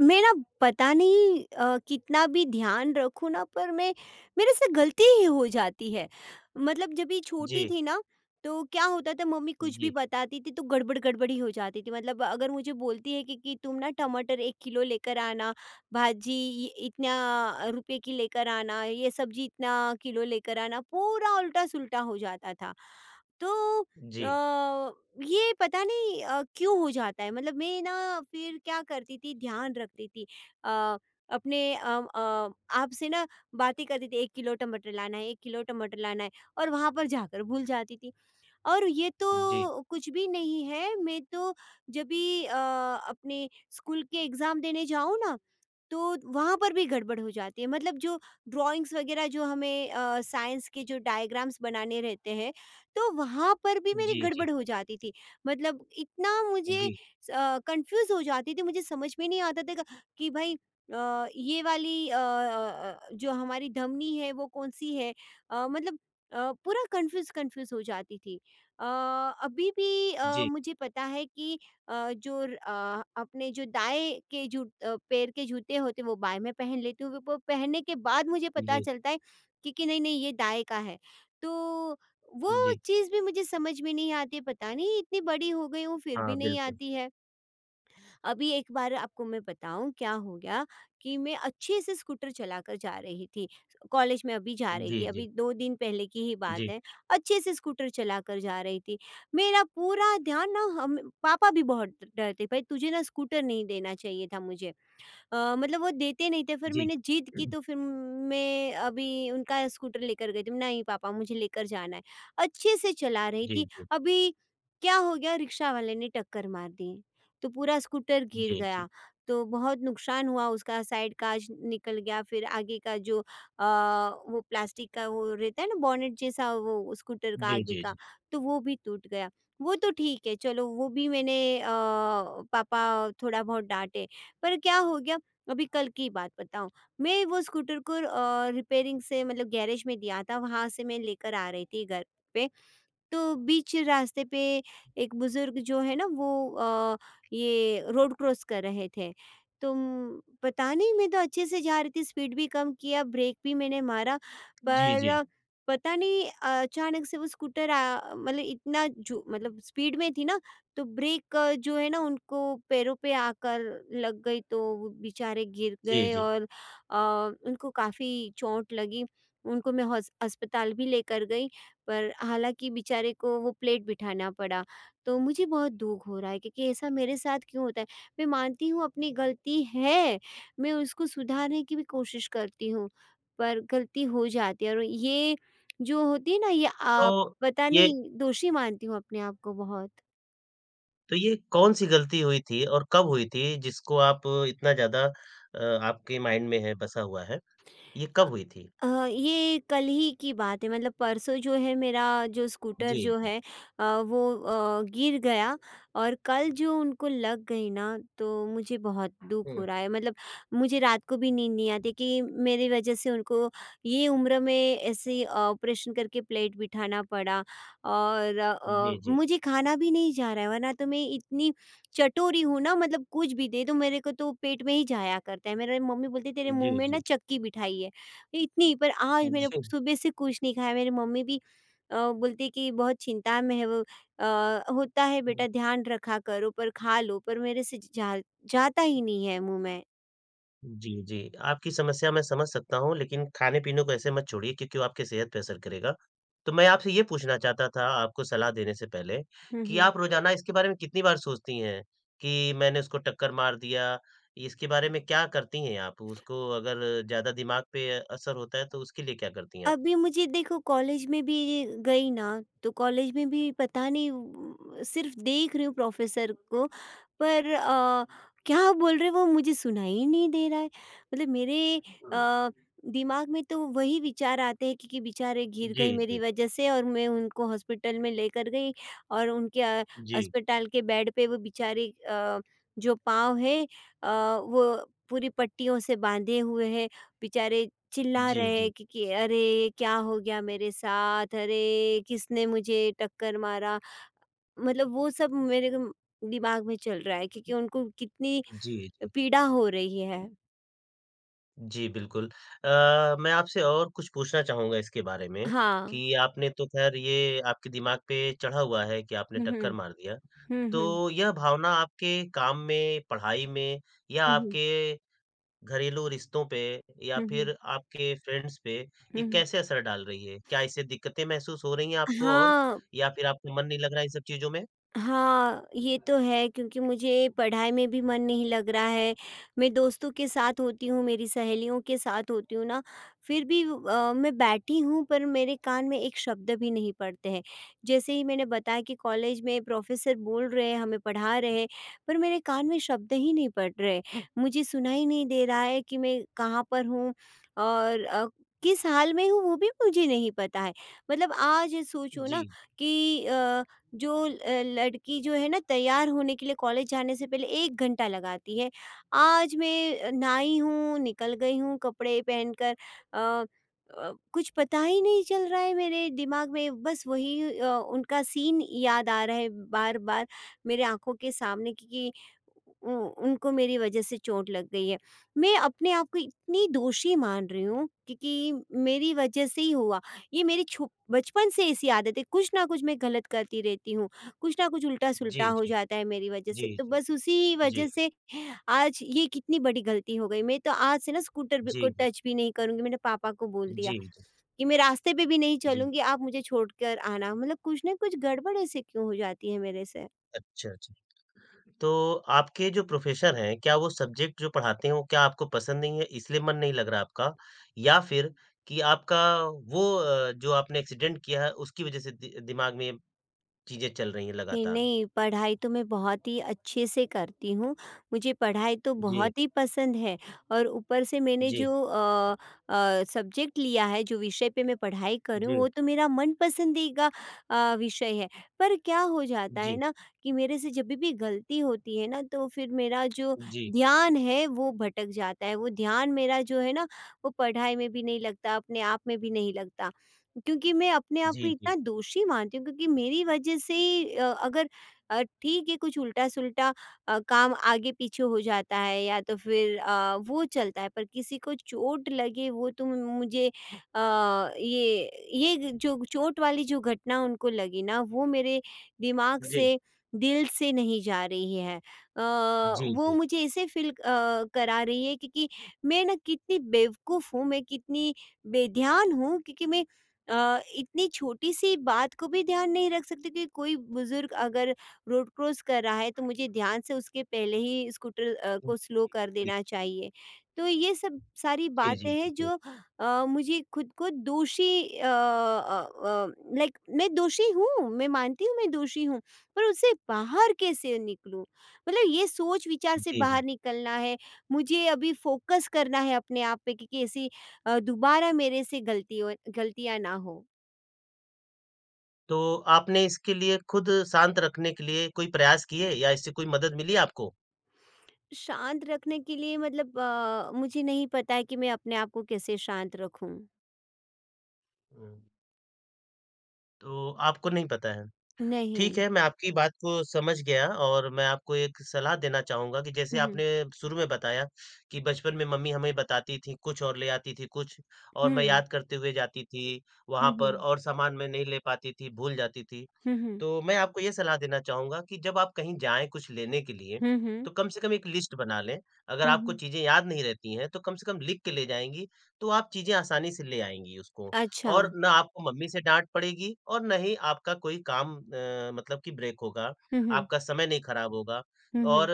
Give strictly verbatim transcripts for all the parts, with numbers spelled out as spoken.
मैं ना पता नहीं अ, कितना भी ध्यान रखूँ ना पर मैं मेरे से गलती ही हो जाती है। मतलब जब ये छोटी जी, थी ना तो क्या होता था मम्मी कुछ भी जी, बताती थी तो गड़बड़-गड़बड़ ही हो जाती थी। मतलब अगर मुझे बोलती है कि कि तुम ना टमाटर एक किलो लेकर आना, भाजी इ इतना रुपए की लेकर आना, ये सब्जी इतना किलो लेकर आना, पूरा उल्टा-सुल्टा हो जाता था। तो अ, जी, ये पता नहीं अ, क्यों हो जाता है मतलब मैं ना फिर क्या करती थी ध्यान रखती थी अ, अपने अ, अ, आपसे ना बातें करती थी एक किलो टमाटर लाना है एक किलो टमाटर लाना है और वहां पर जाकर भूल जाती थी और ये तो जी, कुछ भी नहीं है मैं तो जब भी अ, अपने स्कूल के एग्ज़ाम देने जाऊँ ना, तो वहाँ पर भी गड़बड़ हो जाती है। मतलब जो ड्राइंग्स वगैरह जो हमें अ, साइंस के जो डायग्राम्स बनाने रहते हैं, तो वहाँ पर भी मेरी जी, जी, गड़बड़ हो जाती थी। मतलब इतना मुझे जी, स अ, कन्फ्यूज़ हो जाती थी, मुझे समझ में नहीं आता था क कि भाई अ, ये वाली अ अ अ, जो हमारी धमनी है, वो कौन-सी है? अ, मतलब अ, पूरा कन्फ्यूज़-कन्फ्यूज़ हो जाती थी। अ, अभी भी अ, जी, मुझे पता है कि अ, जो अ, अपने जो दाएँ के जू अ, पैर के जूते होते हैं वो बाएँ में पहन लेती हूँ, वो पहनने के बाद मुझे पता जी, चलता है कि कि नहीं, नहीं ये दाएँ का है। तो वो जी, चीज़ भी मुझे समझ में नहीं आती है, पता नहीं इतनी बड़ी हो गई हूँ फिर हाँ, भी नहीं बिल्कुल। आती है। अभी एक बार आपको मैं बताऊँ क्या हो गया कि मैं अच्छे से स्कूटर चलाकर जा रही थी। कॉलेज में अभी जा रही जी, थी, जी, अभी दो दिन पहले की ही बात जी, है। अच्छे से स्कूटर चलाकर जा रही थी। मेरा पूरा ध्यान ना हम पापा भी बहुत डरते, "भाई तुझे ना स्कूटर नहीं देना चाहिए था मुझे।" अ, मतलब वो देते नहीं थे फिर जी, मैंने जिद की तो फिर मैं अभी उनका स्कूटर लेकर गई थी नहीं पापा मुझे लेकर जाना है अच्छे से चला रही जी, थी जी, अभी क्या हो गया रिक्शा वाले ने टक्कर मार दी तो पूरा स्कूटर गिर जी, जी, गया तो बहुत नुकसान हुआ उसका साइड कांच निकल गया फिर आगे का जो अ, वो प्लास्टिक का वो रहता है ना बॉनेट जैसा वो स्कूटर का जी, आगे जी, का जी, तो वो भी टूट गया वो तो ठीक है चलो वो भी मैंने अ, पापा थोड़ा बहुत डांटे पर क्या हो गया अभी कल की बात बताऊँ, मैं वो स्कूटर को अ, रिपेयरिंग से मतलब गैरेज में दिया था, वहाँ से मैं लेकर आ रही थी घर पे। तो बीच रास्ते पे एक बुज़ुर्ग जो है ना वो अ, ये रोड क्रॉस कर रहे थे। तो म पता नहीं मैं तो अच्छे से जा रही थी स्पीड भी कम किया, ब्रेक भी मैंने मारा जी, पर जी, अ, पता नहीं अचानक से वो स्कूटर अ, मतलब इतना जो मतलब स्पीड में थी ना तो ब्रेक अ, जो है ना उनको पैरों पे आकर लग गई तो वो बेचारे गिर जी, गए जी। और अ, उनको काफ़ी चोट लगी। उनको मैं हॉस अस्पताल भी लेकर गई। पर हालाँकि बेचारे को वो प्लेट बिठाना पड़ा। तो मुझे बहुत दुःख हो रहा है क्योंकि ऐसा मेरे साथ क्यों होता है? मैं मानती हूँ अपनी गलती है, मैं उसको सुधारने की भी कोशिश करती हूँ, पर गलती हो जाती है और ये जो होती है ना ये तो अ, पता ये नहीं दोषी मानती हूँ अपने आप को बहुत। तो ये कौन-सी गलती हुई थी और कब हुई थी जिसको आप इतना ज़्यादा अ, आपके माइंड में है, बसा हुआ है? ये कब हुई थी? अ, ये कल ही की बात है मतलब परसों जो है मेरा जो स्कूटर जी, जो जी। है अ, वो अ, गिर गया और कल जो उनको लग गई ना तो मुझे बहुत दुख हुँ। हो रहा है मतलब मुझे रात को भी नींद नहीं आती कि मेरी वजह से उनको ये उम्र में ऐसे ऑपरेशन करके प्लेट बिठाना पड़ा और अ, जी, अ, जी, मुझे खाना भी नहीं जा रहा है वरना तो मैं इतनी चटोरी हूँ ना मतलब कुछ भी दे दो मेरे को तो पेट में ही जाया करता है मेरे मम्मी बोलती तेरे मुंह जी, में ना जी, चक्की बिठाई है इतनी पर आज मैंने सुबह से कुछ नहीं खाया मेरी मम्मी भी अ, बोलती है कि बहुत चिंता में है वो अ, होता है जी। बेटा ध्यान रखा करो पर खा लो पर मेरे से जा, जाता ही नहीं है मुंह में जी, जी। आपकी समस्या मैं समझ सकता हूँ, लेकिन खाने-पीने को ऐसे मत छोड़िए क्योंकि वो आपकी सेहत पे असर करेगा। तो मैं आपसे ये पूछना चाहता था आपको सलाह देने से पहले हम्म कि हम्म आप रोज़ाना इसके बारे में कितनी बार सोचती हैं कि मैंने उसको टक्कर मार दिया? इसके बारे में क्या करती हैं आप? उसको अगर ज़्यादा दिमाग पे असर होता है तो उसके लिए क्या करती हैं आप? अभी मुझे देखो कॉलेज में भी गई ना, तो कॉलेज में भी पता नहीं उम, सिर्फ़ देख रही हूँ प्रोफ़ेसर को पर अ, क्या बोल रहे हैं वो मुझे सुनाई ही नहीं दे रहा है। मतलब मेरे हुँ। अ, दिमाग में तो वही विचार आते हैं कि, कि बेचारे गिर गए जी, मेरी जी। वजह से और मैं उनको हॉस्पिटल में लेकर गई और उनके अ, जी। अस्पताल के बेड पे वो बेचारे अ, जो पाँव है अ, वो पूरी पट्टियों से बाँधे हुए हैं। बेचारे चिल्ला जी, रहे जी। हैं कि, कि अरे ये क्या हो गया मेरे साथ अरे किसने मुझे टक्कर मारा मतलब वो सब मेरे को दिमाग में चल रहा है क्योंकि उनको कितनी जी, जी। पीड़ा हो रही है। जी, बिल्कुल। अ, मैं आपसे और कुछ पूछना चाहूँगा इसके बारे में हाँ, कि आपने तो ख़ैर ये आपके दिमाग पे चढ़ा हुआ है कि आपने हम्म टक्कर हम्म, मार दिया। हम्म तो यह भावना आपके काम में, पढ़ाई में या हम्म, हम्म आपके घरेलू रिश्तों पे या हम्म, फिर आपके फ्रेंड्स पे हम्म ये हम्म, कैसे असर डाल रही है? क्या इससे दिक्कतें महसूस हो रही हैं आपको और हाँ। या फिर आपका मन नहीं लग रहा है इन सब चीज़ों में? हाँ, ये तो है क्योंकि मुझे पढ़ाई में भी मन नहीं लग रहा है। मैं दोस्तों के साथ होती हूँ, मेरी सहेलियों के साथ होती हूँ ना, फिर भी अ, मैं बैठी हूँ पर मेरे कान में एक शब्द भी नहीं पड़ते हैं। जैसे ही मैंने बताया कि कॉलेज में प्रोफ़ेसर बोल रहे हैं, हमें पढ़ा रहे हैं, पर मेरे कान में शब्द ही नहीं पड़ रहे। मुझे सुनाई नहीं दे रहा है कि मैं कहाँ पर हूँ और अ, किस हाल में हूँ वो भी मुझे नहीं पता है। मतलब आज सोचो जी। ना कि अ जो ल लड़की जो है ना तैयार होने के लिए कॉलेज जाने से पहले एक घंटा लगाती है। आज मैं नहाई हूँ, निकल गई हूँ कपड़े पहनकर अ अ, कुछ पता ही नहीं चल रहा है मेरे दिमाग में बस वही अ, उनका सीन याद आ रहा है बार-बार मेरे आँखों के सामने क्योंकि उ उनको मेरी वजह से चोट लग गई है। मैं अपने आप को इतनी दोषी मान रही हूँ क्योंकि मेरी वजह से ही हुआ ये मेरी छु बचपन से ऐसी आदत है, कुछ ना कुछ मैं गलत करती रहती हूँ, कुछ ना कुछ जी, उल्टा-सुल्टा हो जी। जाता है मेरी वजह से, जी, तो जी। बस उसी जी। वजह से आज ये कितनी बड़ी गलती हो गई। मैं तो आज से ना स्कूटर ब को जी, जी। टच भी नहीं करूँगी, मैंने पापा को बोल दिया जी, जी। कि मैं रास्ते पे भी नहीं जी। चलूँगी, आप मुझे छोड़कर आना, मतलब कुछ ना कुछ गड़बड़ ऐसे क्यों हो जाती है मेरे से। अच्छा, अच्छा। तो आपके जो प्रोफ़ेसर हैं, क्या वो सब्जेक्ट जो पढ़ाते हैं, वो क्या आपको पसंद नहीं है, इसलिए मन नहीं लग रहा आपका? या फिर कि आपका वो अ, जो आपने एक्सीडेंट किया है, उसकी वज़ह से दि दिमाग में ये चीज़ें चल रही हैं नहीं, लगातार? नहीं, पढ़ाई तो मैं बहुत ही अच्छे से करती हूँ। मुझे पढ़ाई तो जी, बहुत ही पसंद है और ऊपर से मैंने जी, जो अ अ, सब्जेक्ट लिया है, जो विषय पे मैं पढ़ाई करूँ, वो जी, तो मेरा मनपसंदीदा अ, विषय है। पर क्या हो जाता है जी, ना कि मेरे से जब भी भी गलती होती है ना, तो फिर मेरा जो जी, ध्यान है, वो भटक जाता है। वो ध्यान मेरा जो है ना, वो पढ़ाई में भी नहीं लगता, अपने आप में भी नहीं लगता। क्योंकि मैं अपने आप को जी, जी, इतना दोषी मानती हूँ क्योंकि मेरी वजह से ही अ, अगर अ, ठीक है कुछ उल्टा-सुल्टा अ, काम आगे पीछे हो जाता है या तो फिर अ, वो चलता है पर किसी को चोट लगे वो तो मुझे अ, ये ये जो चोट वाली जो घटना उनको लगी ना वो मेरे दिमाग जी, से दिल से नहीं जा रही है। अ, जी, वो जी, मुझे ऐसे फ़ील अ, करा रही है क्योंकि मैं ना कितनी बेवकूफ़ हूँ, मैं कितनी बेध्यान हूँ क्योंकि मैं अ, इतनी छोटी-सी बात को भी ध्यान नहीं रख सकते कि कोई बुज़ुर्ग अगर रोड क्रॉस कर रहा है, तो मुझे ध्यान से उसके पहले ही स्कूटर अ, हुँ, को स्लो कर जी, देना चाहिए। तो ये सब सारी जी, जी, बातें हैं बिल्कुल। जो अ, मुझे खुद को दोषी अ अ अ, लाइक मैं दोषी हूँ, मैं मानती हूँ मैं दोषी हूँ, पर उससे बाहर कैसे निकलूँ? मतलब ये सोच-विचार से जी, जी। बाहर निकलना है, मुझे अभी फ़ोकस करना है अपने आप पे कि कैसे अ, दोबारा मेरे से गलती हो गलतियाँ ना हो। तो आपने इसके लिए खुद शांत रखने के लिए कोई प्रयास किए या इससे कोई मदद मिली आपको? शांत रखने के लिए मतलब अ, मुझे नहीं पता है कि मैं अपने आप को कैसे शांत रखूँ? हुँ, तो आपको नहीं पता है? नहीं। ठीक है, मैं आपकी बात को समझ गया और मैं आपको एक सलाह देना चाहूँगा कि जैसे हुँ, हुँ। आपने शुरू में बताया कि बचपन में मम्मी हमें बताती थी कुछ और ले आती थी कुछ और मैं हुँ। याद करते हुए जाती थी, हुँ, वहाँ पर हुँ। और सामान मैं नहीं ले पाती थी, भूल जाती थी। हुँ, हुँ। तो मैं आपको ये सलाह देना चाहूँगा कि जब आप कहीं जाएँ कुछ लेने के लिए, हुँ, हुँ। तो कम से कम एक लिस्ट बना लें। अगर हुँ, आपको हुँ। चीज़ें याद नहीं रहती हैं, तो कम से कम लिख के ले जाएँगी, तो आप चीज़ें आसानी से ले आएँगी उसको। अच्छा। और ना आपको मम्मी से डाँट पड़ेगी और ना ही आपका कोई काम अ, मतलब कि ब्रेक होगा, हुँ, हुँ। आपका समय नहीं खराब होगा। हुँ, और हुँ।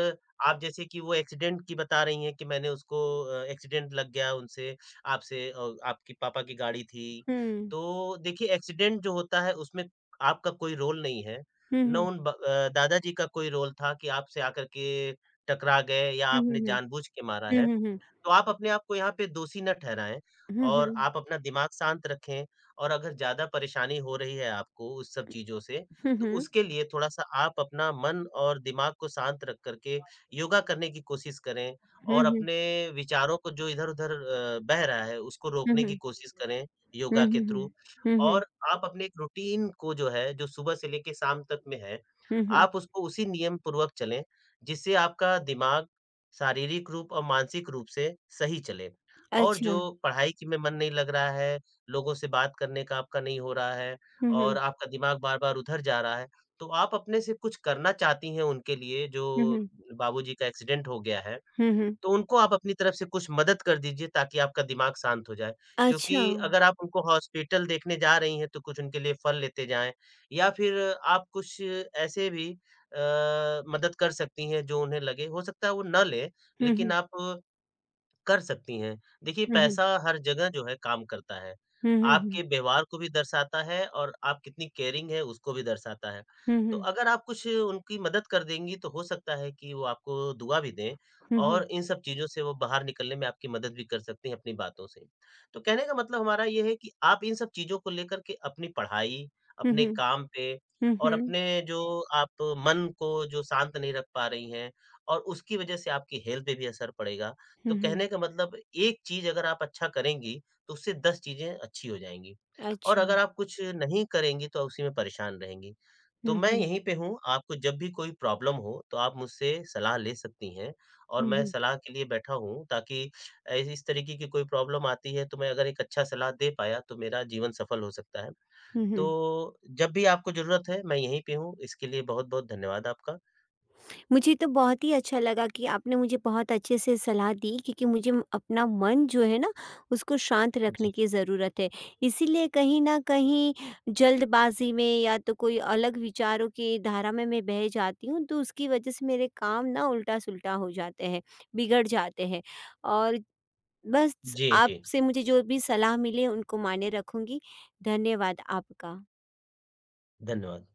आप जैसे कि वो एक्सीडेंट की बता रही हैं कि मैंने उसको अ, एक्सीडेंट लग गया उनसे आपसे अ, आपके पापा की गाड़ी थी। हुँ। तो देखिए एक्सीडेंट जो होता है उसमें आपका कोई रोल नहीं है, हुँ, ना हुँ। उन ब अ, दादाजी का कोई रोल था कि आपसे आकर के टकरा गए या हुँ, हुँ, आपने हुँ। जानबूझ के मारा हुँ, है। हुँ, हुँ। तो आप अपने आप को यहाँ पे दोषी न ठहराएँ हुँ, और हुँ। आप अपना दिमाग शांत रखें और अगर ज़्यादा परेशानी हो रही है आपको उस सब चीज़ों से, हुँ, तो हुँ। उसके लिए थोड़ा-सा आप अपना मन और दिमाग को शांत रख कर के योगा करने की कोशिश करें हुँ, और हुँ। अपने विचारों को जो इधर-उधर अ, बह रहा है, उसको हुँ, रोकने की हुँ। कोशिश करें हुँ, योगा के हुँ, हुँ। थ्रू हुँ, हुँ। और आप अपने एक रूटीन को जो है, जो सुबह से लेके शाम तक में है, हुँ, हुँ। आप उसको उसी नियम पूर्वक चलें, जिससे आपका दिमाग शारीरिक रूप और मानसिक रूप से सही चले। और जो अच्छा। पढ़ाई की में मन नहीं लग रहा है, लोगों से बात करने का आपका नहीं हो रहा है हुँ, और हुँ। आपका दिमाग बार-बार उधर जा रहा है, तो आप अपने से कुछ करना चाहती हैं उनके लिए हुँ, जो हुँ। बाबूजी का एक्सीडेंट हो गया है। हुँ, हुँ। तो उनको आप अपनी तरफ से कुछ मदद कर दीजिए ताकि आपका दिमाग शांत हो जाए। क्योंकि अच्छा। अगर आप उनको हॉस्पिटल देखने जा रही हैं तो कुछ उनके लिए फल लेते जाएँ या फिर आप कुछ ऐसे भी अ, मदद कर सकती हैं जो उन्हें लगे। हो सकता है वो ना लें, हुँ, लेकिन हुँ। आप कर सकती हैं। देखिए हुँ, हुँ। पैसा हर जगह जो है काम करता है। हुँ, हुँ, आपके हुँ। व्यवहार को भी दर्शाता है और आप कितनी केयरिंग है उसको भी दर्शाता है। हुँ, तो हुँ। अगर आप कुछ उनकी मदद कर देंगी तो हो सकता है कि वो आपको दुआ भी दें हुँ, हुँ। और इन सब चीज़ों से वो बाहर निकलने में आपकी मदद भी कर सकती हैं अपनी बातों से। तो कहने का मतलब हमारा ये है कि आप इन सब चीज़ों को लेकर के अपनी पढ़ाई, हुँ, अपने हुँ। काम पे हुँ, और हुँ। अपने जो आप मन को जो शांत नहीं रख पा रही हैं और उसकी वज़ह से आपकी हेल्थ पे भी असर पड़ेगा। तो हुँ, हुँ। कहने का मतलब एक चीज़ अगर आप अच्छा करेंगी, तो उससे दस चीज़ें अच्छी हो जाएँगी और अच्छा। अगर आप कुछ नहीं करेंगी तो उसी में परेशान रहेंगी। तो हुँ, मैं हुँ। यहीं पे हूँ, आपको जब भी कोई प्रॉब्लम हो तो आप मुझसे सलाह ले सकती हैं और हुँ, मैं हुँ। सलाह के लिए बैठा हूँ ताकि अ, इस तरीके की कोई प्रॉब्लम आती है तो मैं अगर एक अच्छा सलाह दे पाया तो मेरा जीवन सफल हो सकता है। हुँ, हुँ। तो जब भी आपको ज़रूरत है मैं यहीं पे हूँ, इसके लिए बहुत-बहुत धन्यवाद आपका। मुझे तो बहुत ही अच्छा लगा कि आपने मुझे बहुत अच्छे से सलाह दी क्योंकि मुझे म- अपना मन जो है ना उसको शांत जी। रखने की ज़रूरत है। इसीलिए कहीं न कहीं जल्दबाज़ी में या तो कोई अलग विचारों की धारा में मैं बह जाती हूँ तो उसकी वज़ह से मेरे काम ना उल्टा-सुल्टा हो जाते हैं, बिगड़ जाते हैं। और बस जी, जी। आपसे मुझे जो भी सलाह मिले उनको मायने रखूँगी। धन्यवाद आपका। धन्यवाद।